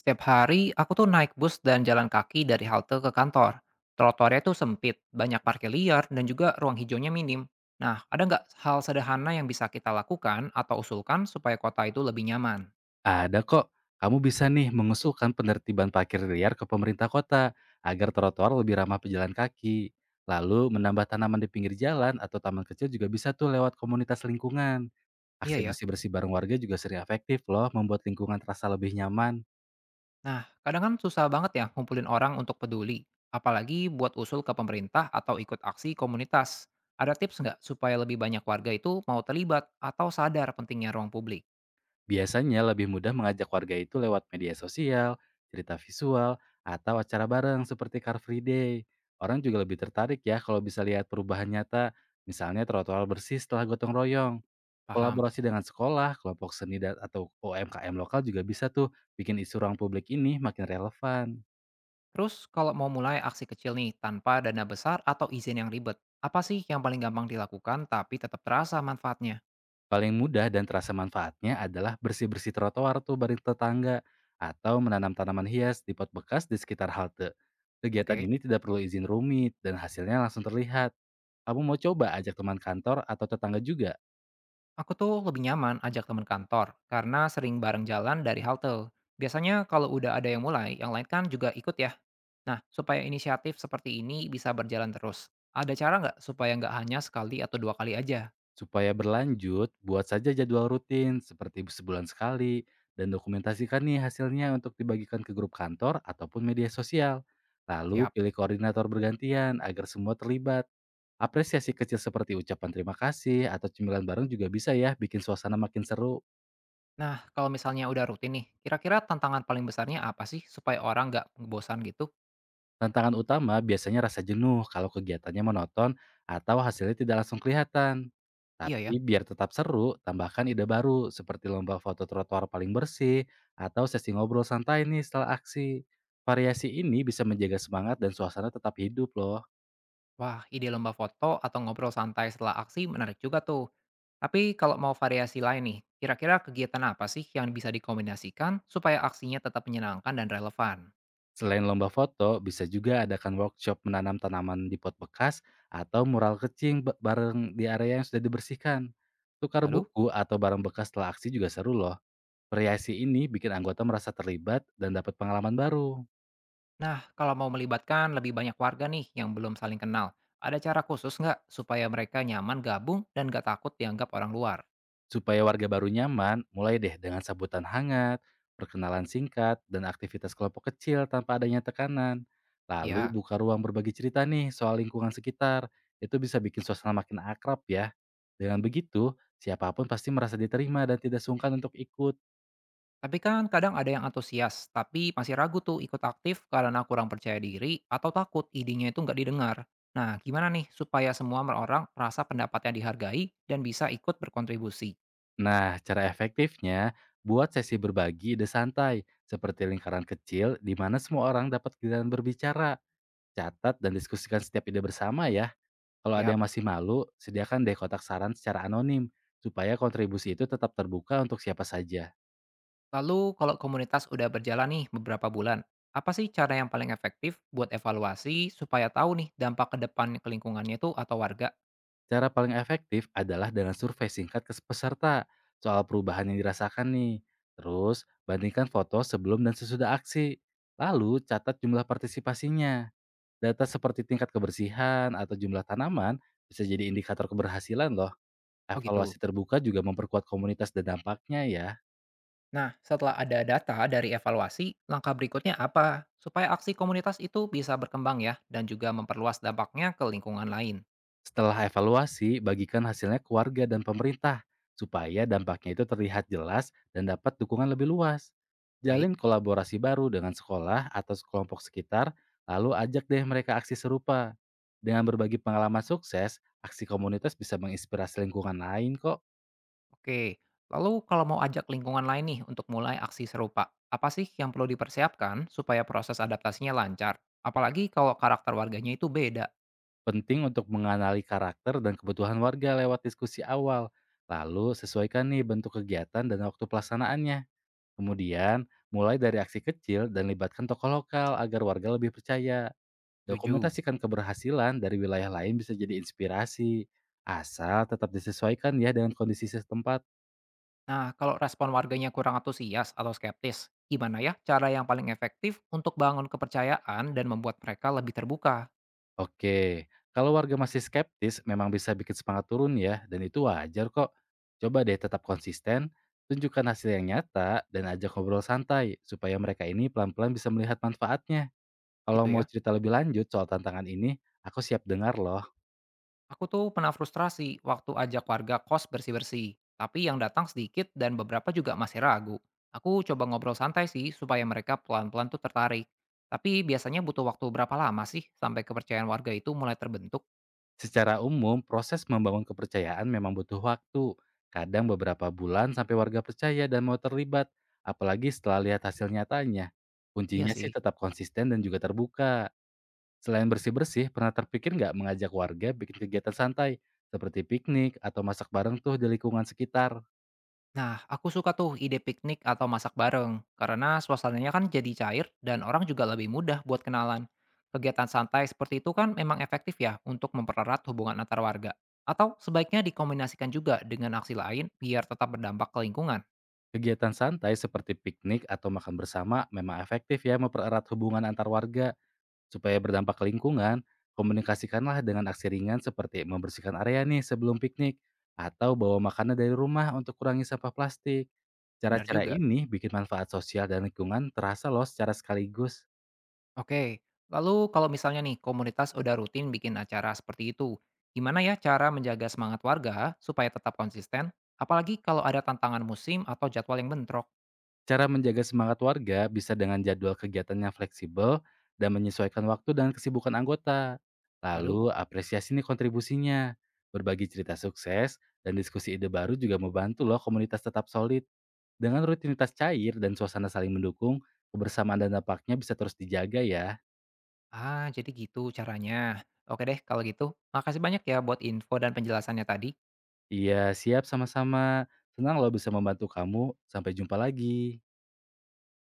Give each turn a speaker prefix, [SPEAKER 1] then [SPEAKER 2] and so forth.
[SPEAKER 1] Setiap hari, aku tuh naik bus dan jalan kaki dari halte ke kantor. Trotoarnya tuh sempit, banyak parkir liar, dan juga ruang hijaunya minim. Nah, ada nggak hal sederhana yang bisa kita lakukan atau usulkan supaya kota itu lebih nyaman?
[SPEAKER 2] Ada kok. Kamu bisa nih mengusulkan penertiban parkir liar ke pemerintah kota agar trotoar lebih ramah pejalan kaki. Lalu menambah tanaman di pinggir jalan atau taman kecil juga bisa tuh lewat komunitas lingkungan.
[SPEAKER 1] Iya
[SPEAKER 2] Aksi
[SPEAKER 1] ya.
[SPEAKER 2] bersih-bersih bareng warga juga sering efektif loh membuat lingkungan terasa lebih nyaman.
[SPEAKER 1] Nah, kadang kan susah banget ya ngumpulin orang untuk peduli. Apalagi buat usul ke pemerintah atau ikut aksi komunitas. Ada tips nggak supaya lebih banyak warga itu mau terlibat atau sadar pentingnya ruang publik?
[SPEAKER 2] Biasanya lebih mudah mengajak warga itu lewat media sosial, cerita visual, atau acara bareng seperti Car Free Day. Orang juga lebih tertarik ya kalau bisa lihat perubahan nyata, misalnya trotoar bersih setelah gotong royong.
[SPEAKER 1] Paham.
[SPEAKER 2] Kolaborasi dengan sekolah, kelompok seni, dan atau UMKM lokal juga bisa tuh bikin isu ruang publik ini makin relevan.
[SPEAKER 1] Terus kalau mau mulai aksi kecil nih tanpa dana besar atau izin yang ribet, apa sih yang paling gampang dilakukan tapi tetap terasa manfaatnya?
[SPEAKER 2] Paling mudah dan terasa manfaatnya adalah bersih-bersih trotoar tuh bareng tetangga atau menanam tanaman hias di pot bekas di sekitar halte. Kegiatan
[SPEAKER 1] Oke,
[SPEAKER 2] ini tidak perlu izin rumit dan hasilnya langsung terlihat. Kamu mau coba ajak teman kantor atau tetangga juga?
[SPEAKER 1] aku tuh lebih nyaman ajak teman kantor karena sering bareng jalan dari halte. Biasanya kalau udah ada yang mulai, yang lain kan juga ikut ya. Nah, supaya inisiatif seperti ini bisa berjalan terus, ada cara nggak supaya nggak hanya sekali atau dua kali aja?
[SPEAKER 2] Supaya berlanjut, buat saja jadwal rutin seperti sebulan sekali dan dokumentasikan nih hasilnya untuk dibagikan ke grup kantor ataupun media sosial. Lalu
[SPEAKER 1] Siap.
[SPEAKER 2] pilih koordinator bergantian agar semua terlibat. Apresiasi kecil seperti ucapan terima kasih atau cemilan bareng juga bisa ya bikin suasana makin seru.
[SPEAKER 1] Nah, kalau misalnya udah rutin nih, kira-kira tantangan paling besarnya apa sih supaya orang nggak bosan gitu?
[SPEAKER 2] Tantangan utama biasanya rasa jenuh kalau kegiatannya monoton atau hasilnya tidak langsung kelihatan.
[SPEAKER 1] Iya ya.
[SPEAKER 2] Tapi biar tetap seru, tambahkan ide baru seperti lomba foto trotoar paling bersih atau sesi ngobrol santai nih setelah aksi. Variasi ini bisa menjaga semangat dan suasana tetap hidup loh.
[SPEAKER 1] Wah, ide lomba foto atau ngobrol santai setelah aksi menarik juga tuh. Tapi kalau mau variasi lain nih, kira-kira kegiatan apa sih yang bisa dikombinasikan supaya aksinya tetap menyenangkan dan relevan?
[SPEAKER 2] Selain lomba foto, bisa juga adakan workshop menanam tanaman di pot bekas atau mural kecil bareng di area yang sudah dibersihkan. Tukar
[SPEAKER 1] Lalu,
[SPEAKER 2] buku atau barang bekas setelah aksi juga seru loh. Variasi ini bikin anggota merasa terlibat dan dapat pengalaman baru.
[SPEAKER 1] nah kalau mau melibatkan lebih banyak warga nih yang belum saling kenal, ada cara khusus nggak supaya mereka nyaman gabung dan nggak takut dianggap orang luar?
[SPEAKER 2] Supaya warga baru nyaman, mulai deh dengan sambutan hangat, perkenalan singkat, dan aktivitas kelompok kecil tanpa adanya tekanan. Lalu
[SPEAKER 1] Ya.
[SPEAKER 2] buka ruang berbagi cerita nih soal lingkungan sekitar. Itu bisa bikin suasana makin akrab ya. Dengan begitu, siapapun pasti merasa diterima dan tidak sungkan untuk ikut.
[SPEAKER 1] Tapi kan kadang ada yang antusias, tapi masih ragu tuh ikut aktif karena kurang percaya diri atau takut idenya itu nggak didengar. Nah, gimana nih supaya semua orang merasa pendapatnya dihargai dan bisa ikut berkontribusi?
[SPEAKER 2] Nah, cara efektifnya, buat sesi berbagi ide santai, seperti lingkaran kecil di mana semua orang dapat giliran berbicara. Catat dan diskusikan setiap ide bersama ya. Kalau ada
[SPEAKER 1] Siap.
[SPEAKER 2] yang masih malu, sediakan deh kotak saran secara anonim, supaya kontribusi itu tetap terbuka untuk siapa saja.
[SPEAKER 1] Lalu kalau komunitas udah berjalan nih beberapa bulan, apa sih cara yang paling efektif buat evaluasi supaya tahu nih dampak ke depan ke lingkungannya itu atau warga?
[SPEAKER 2] Cara paling efektif adalah dengan survei singkat ke peserta soal perubahan yang dirasakan nih. Terus, bandingkan foto sebelum dan sesudah aksi. Lalu, catat jumlah partisipasinya. Data seperti tingkat kebersihan atau jumlah tanaman bisa jadi indikator keberhasilan loh.
[SPEAKER 1] Oh gitu.
[SPEAKER 2] Evaluasi terbuka juga memperkuat komunitas dan dampaknya ya.
[SPEAKER 1] Nah, setelah ada data dari evaluasi, langkah berikutnya apa? Supaya aksi komunitas itu bisa berkembang ya, dan juga memperluas dampaknya ke lingkungan lain.
[SPEAKER 2] Setelah evaluasi, bagikan hasilnya ke warga dan pemerintah supaya dampaknya itu terlihat jelas dan dapat dukungan lebih luas.
[SPEAKER 1] Baik,
[SPEAKER 2] Jalin kolaborasi baru dengan sekolah atau kelompok sekitar, lalu ajak deh mereka aksi serupa. Dengan berbagi pengalaman sukses, aksi komunitas bisa menginspirasi lingkungan lain kok.
[SPEAKER 1] oke. Lalu kalau mau ajak lingkungan lain nih untuk mulai aksi serupa, apa sih yang perlu dipersiapkan supaya proses adaptasinya lancar? Apalagi kalau karakter warganya itu beda.
[SPEAKER 2] Penting untuk mengenali karakter dan kebutuhan warga lewat diskusi awal. Lalu sesuaikan nih bentuk kegiatan dan waktu pelaksanaannya. Kemudian, mulai dari aksi kecil dan libatkan tokoh lokal agar warga lebih percaya.
[SPEAKER 1] Tujuh.
[SPEAKER 2] Dokumentasikan keberhasilan dari wilayah lain bisa jadi inspirasi, asal tetap disesuaikan ya dengan kondisi setempat.
[SPEAKER 1] Nah, kalau respon warganya kurang antusias atau skeptis, gimana ya cara yang paling efektif untuk bangun kepercayaan dan membuat mereka lebih terbuka?
[SPEAKER 2] Oke, kalau warga masih skeptis, memang bisa bikin semangat turun ya, dan itu wajar kok. Coba deh tetap konsisten, tunjukkan hasil yang nyata, dan ajak ngobrol santai, supaya mereka ini pelan-pelan bisa melihat manfaatnya. Kalau
[SPEAKER 1] Gitu
[SPEAKER 2] mau
[SPEAKER 1] ya.
[SPEAKER 2] cerita lebih lanjut soal tantangan ini, aku siap dengar loh.
[SPEAKER 1] Aku tuh pernah frustrasi waktu ajak warga kos bersih-bersih, tapi yang datang sedikit dan beberapa juga masih ragu. Aku coba ngobrol santai sih supaya mereka pelan-pelan tuh tertarik. Tapi biasanya butuh waktu berapa lama sih sampai kepercayaan warga itu mulai terbentuk?
[SPEAKER 2] Secara umum, proses membangun kepercayaan memang butuh waktu. Kadang beberapa bulan sampai warga percaya dan mau terlibat, apalagi setelah lihat hasil nyatanya.
[SPEAKER 1] Iya
[SPEAKER 2] Kuncinya
[SPEAKER 1] sih.
[SPEAKER 2] sih tetap konsisten dan juga terbuka. Selain bersih-bersih, pernah terpikir nggak mengajak warga bikin kegiatan santai, seperti piknik atau masak bareng tuh di lingkungan sekitar?
[SPEAKER 1] Nah, aku suka tuh ide piknik atau masak bareng, karena suasananya kan jadi cair dan orang juga lebih mudah buat kenalan. Kegiatan santai seperti itu kan memang efektif ya untuk mempererat hubungan antar warga. Atau sebaiknya dikombinasikan juga dengan aksi lain biar tetap berdampak ke lingkungan.
[SPEAKER 2] Kegiatan santai seperti piknik atau makan bersama memang efektif ya mempererat hubungan antar warga. Supaya berdampak ke lingkungan, komunikasikanlah dengan aksi ringan seperti membersihkan area nih sebelum piknik atau bawa makanan dari rumah untuk kurangi sampah plastik.
[SPEAKER 1] Benar
[SPEAKER 2] Cara-cara
[SPEAKER 1] juga.
[SPEAKER 2] ini bikin manfaat sosial dan lingkungan terasa loh secara sekaligus.
[SPEAKER 1] Oke, lalu kalau misalnya nih komunitas udah rutin bikin acara seperti itu, gimana ya cara menjaga semangat warga supaya tetap konsisten? Apalagi kalau ada tantangan musim atau jadwal yang bentrok.
[SPEAKER 2] Cara menjaga semangat warga bisa dengan jadwal kegiatannya fleksibel dan menyesuaikan waktu dan kesibukan anggota.
[SPEAKER 1] Lalu?
[SPEAKER 2] Lalu apresiasi nih kontribusinya. Berbagi cerita sukses dan diskusi ide baru juga membantu loh komunitas tetap solid. Dengan rutinitas cair dan suasana saling mendukung, kebersamaan dan dampaknya bisa terus dijaga ya.
[SPEAKER 1] Ah, jadi gitu caranya. Oke deh, kalau gitu. Makasih banyak ya buat info dan penjelasannya tadi.
[SPEAKER 2] Iya, siap sama-sama. Senang loh bisa membantu kamu. Sampai jumpa lagi.